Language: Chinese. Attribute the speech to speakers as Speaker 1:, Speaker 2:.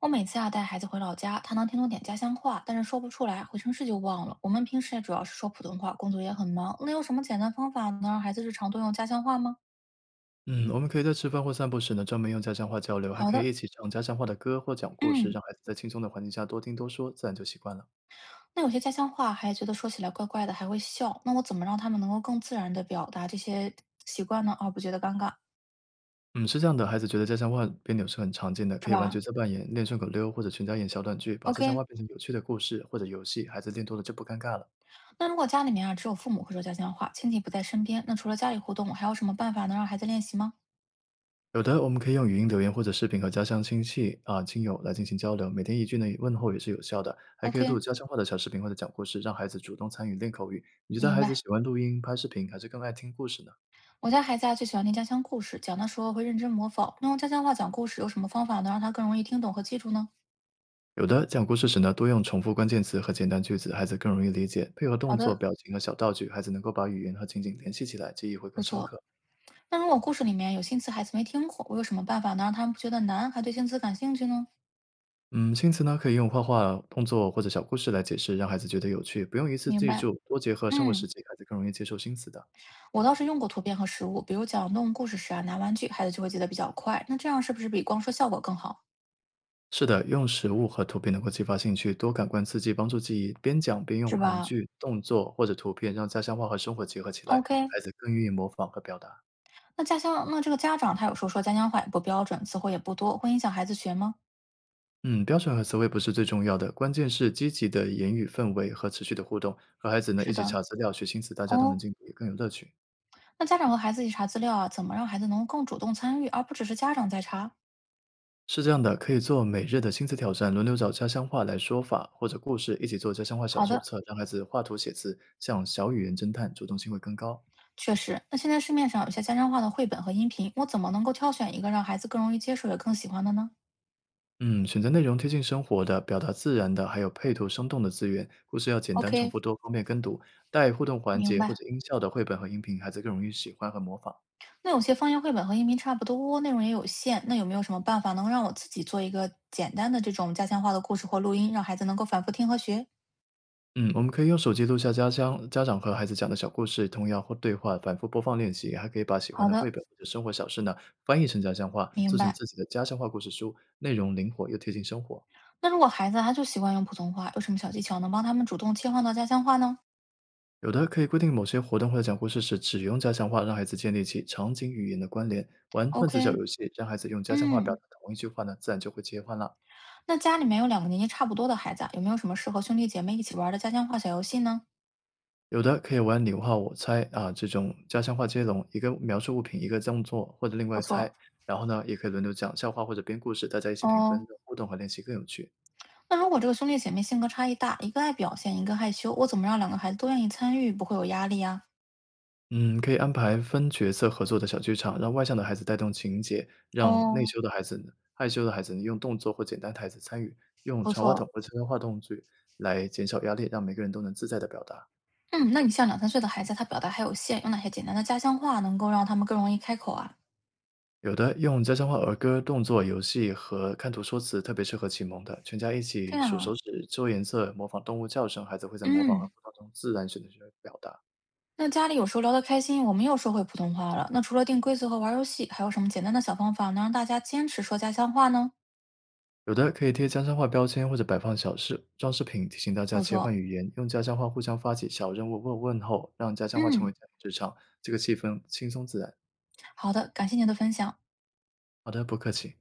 Speaker 1: 我每次啊带孩子回老家，他能听懂点家乡话，但是说不出来，回城市就忘了。我们平时也主要是说普通话，工作也很忙。那有什么简单方法能让孩子日常多用家乡话吗？
Speaker 2: 嗯，我们可以在吃饭或散步时呢，专门用家乡话交流，还
Speaker 1: 好
Speaker 2: 可以一
Speaker 1: 的，
Speaker 2: 起唱家乡话的歌或讲故事，
Speaker 1: 嗯，
Speaker 2: 让孩子在轻松的环境下多听多说，自然就习惯了。
Speaker 1: 那有些家乡话还觉得说起来怪怪的，还会笑。那我怎么让他们能够更自然的表达这些习惯呢？而不觉得尴尬，
Speaker 2: 嗯，是这样的，孩子觉得家乡话别扭是很常见的，
Speaker 1: 是
Speaker 2: 可以玩角
Speaker 1: 吧
Speaker 2: 色扮演、练顺口溜或者全家演小短剧，把家乡话
Speaker 1: ？OK，
Speaker 2: 变成有趣的故事或者游戏，孩子练多了就不尴尬了。
Speaker 1: 那如果家里面啊只有父母会说家乡话，亲戚不在身边，那除了家里互动，我还有什么办法能让孩子练习吗
Speaker 2: 有的我们可以用语音留言或者视频和家乡亲戚啊、亲友来进行交流，每天一句呢问候也是有效的，还可以录
Speaker 1: ？OK，
Speaker 2: 家乡话的小视频或者讲故事，让孩子主动参与练口语。你觉得
Speaker 1: 明
Speaker 2: 孩子喜
Speaker 1: 白。
Speaker 2: 欢录音、拍视频，还是更爱听故事呢？
Speaker 1: 我家孩子啊最喜欢听家乡故事，讲的时候会认真模仿。那用家乡话讲故事有什么方法能让他更容易听懂和记住呢？
Speaker 2: 有的讲故事时呢，多用重复关键词和简单句子，孩子更容易理解。配合动
Speaker 1: 好
Speaker 2: 作、
Speaker 1: 的，
Speaker 2: 表情和小道具，孩子能够把语言和情景联系起来，记忆会
Speaker 1: 不
Speaker 2: 更深
Speaker 1: 错。
Speaker 2: 刻。
Speaker 1: 那如果故事里面有新词孩子没听过，我有什么办法能让他们不觉得难，还对新词感兴趣呢？
Speaker 2: 嗯，新词呢可以用画画、动作或者小故事来解释，让孩子觉得有趣，不用一次
Speaker 1: 明
Speaker 2: 记
Speaker 1: 白。
Speaker 2: 住，多结合生活实
Speaker 1: 嗯，
Speaker 2: 际，孩子更容易接受新词的。
Speaker 1: 我倒是用过图片和实物，比如讲动物故事时啊，拿玩具，孩子就会记得比较快。那这样是不是比光说效果更好？
Speaker 2: 是的，用实物和图片能够激发兴趣，多感官刺激帮助记忆。边讲边用
Speaker 1: 是
Speaker 2: 玩
Speaker 1: 吧
Speaker 2: 具、动作或者图片，让家乡话和生活结合起来，
Speaker 1: ？OK。
Speaker 2: 孩子更愿意模仿和表达。
Speaker 1: 那家乡，那这个家长他有时候说家乡话也不标准，词汇也不多，会影响孩子学吗？
Speaker 2: 嗯，标准和词汇不是最重要的，关键是积极的言语氛围和持续的互动。和孩子呢一
Speaker 1: 是
Speaker 2: 起
Speaker 1: 的。
Speaker 2: 查资料、学新词，大家都能
Speaker 1: 哦，
Speaker 2: 进步，也更有乐趣。
Speaker 1: 那家长和孩子一起查资料啊，怎么让孩子能够更主动参与，而不只是家长在查？
Speaker 2: 是这样的，可以做每日的新词挑战，轮流找家乡话来说法或者故事，一起做家乡话小
Speaker 1: 好
Speaker 2: 手
Speaker 1: 的，
Speaker 2: 册，让孩子画图写字，像小语言侦探，主动性会更高。
Speaker 1: 确实。那现在市面上有些家乡话的绘本和音频，我怎么能够挑选一个让孩子更容易接受也更喜欢的呢
Speaker 2: 嗯，选择内容贴近生活的、表达自然的，还有配图生动的资源，故事要简单、重
Speaker 1: ？OK，
Speaker 2: 复多，方便跟读。带互动环
Speaker 1: 明
Speaker 2: 节或
Speaker 1: 白。
Speaker 2: 者音效的绘本和音频，孩子更容易喜欢和模仿。
Speaker 1: 那有些方言绘本和音频差不多，内容也有限，那有没有什么办法能让我自己做一个简单的这种家乡话的故事或录音，让孩子能够反复听和学？
Speaker 2: 嗯，我们可以用手机录下家乡家长和孩子讲的小故事、童谣或对话，反复播放练习。还可以把喜欢
Speaker 1: 好
Speaker 2: 的绘
Speaker 1: 的，
Speaker 2: 本或者生活小事呢翻译成家乡话，
Speaker 1: 明
Speaker 2: 做成
Speaker 1: 白。
Speaker 2: 自己的家乡话故事书，内容灵活又贴近生活。
Speaker 1: 那如果孩子他就习惯用普通话，有什么小技巧能帮他们主动切换到家乡话呢
Speaker 2: 有的可以规定某些活动或者讲故事时只用家乡话，让孩子建立起场景语言的关联。玩换词小
Speaker 1: ？OK，
Speaker 2: 游戏，让孩子用家乡话表
Speaker 1: 嗯，
Speaker 2: 达同一句话呢，自然就会切换了。
Speaker 1: 那家里面有两个年纪差不多的孩子啊，有没有什么适合兄弟姐妹一起玩的家乡话小游戏呢？
Speaker 2: 有的可以玩你画我猜啊，这种家乡话接龙，一个描述物品，一个动作或者另
Speaker 1: 不
Speaker 2: 外
Speaker 1: 错
Speaker 2: 猜，然后呢，也可以轮流讲笑话或者编故事，大家一起评分，
Speaker 1: 哦。
Speaker 2: 让互动和练习更有趣。
Speaker 1: 那如果这个兄弟姐妹性格差异大，一个爱表现，一个害羞，我怎么让两个孩子都愿意参与，不会有压力呀？
Speaker 2: 嗯，可以安排分角色合作的小剧场，让外向的孩子带动情节，让内
Speaker 1: 哦，
Speaker 2: 羞的孩子呢害羞的孩子呢用动作或简单台词参与，用
Speaker 1: 不
Speaker 2: 传话筒
Speaker 1: 错。
Speaker 2: 或参悄话动具来减少压力，让每个人都能自在的表达。
Speaker 1: 嗯，那你像两三岁的孩子，他表达还有限，有哪些简单的家乡话能够让他们更容易开口啊？
Speaker 2: 有的用家乡话儿歌、动作游戏和看图说词，特别适合启蒙的。全家一起
Speaker 1: 这样
Speaker 2: 数手
Speaker 1: 啊，
Speaker 2: 指、揪颜色、模仿动物叫声，孩子会在模仿和
Speaker 1: 嗯，
Speaker 2: 互动中自然选择学会表达。
Speaker 1: 那家里有时候聊得开心，我们又说回普通话了。那除了定规则和玩游戏，还有什么简单的小方法能让大家坚持说家乡话呢？
Speaker 2: 有的可以贴家乡话标签或者摆放小饰装饰品，提醒大家
Speaker 1: 不
Speaker 2: 切换
Speaker 1: 错，
Speaker 2: 语言，用家乡话互相发起小任务问问候，让家乡话成为
Speaker 1: 嗯，
Speaker 2: 家庭日常，这个气氛轻松自然。
Speaker 1: 好的，感谢您的分享。
Speaker 2: 好的，不客气。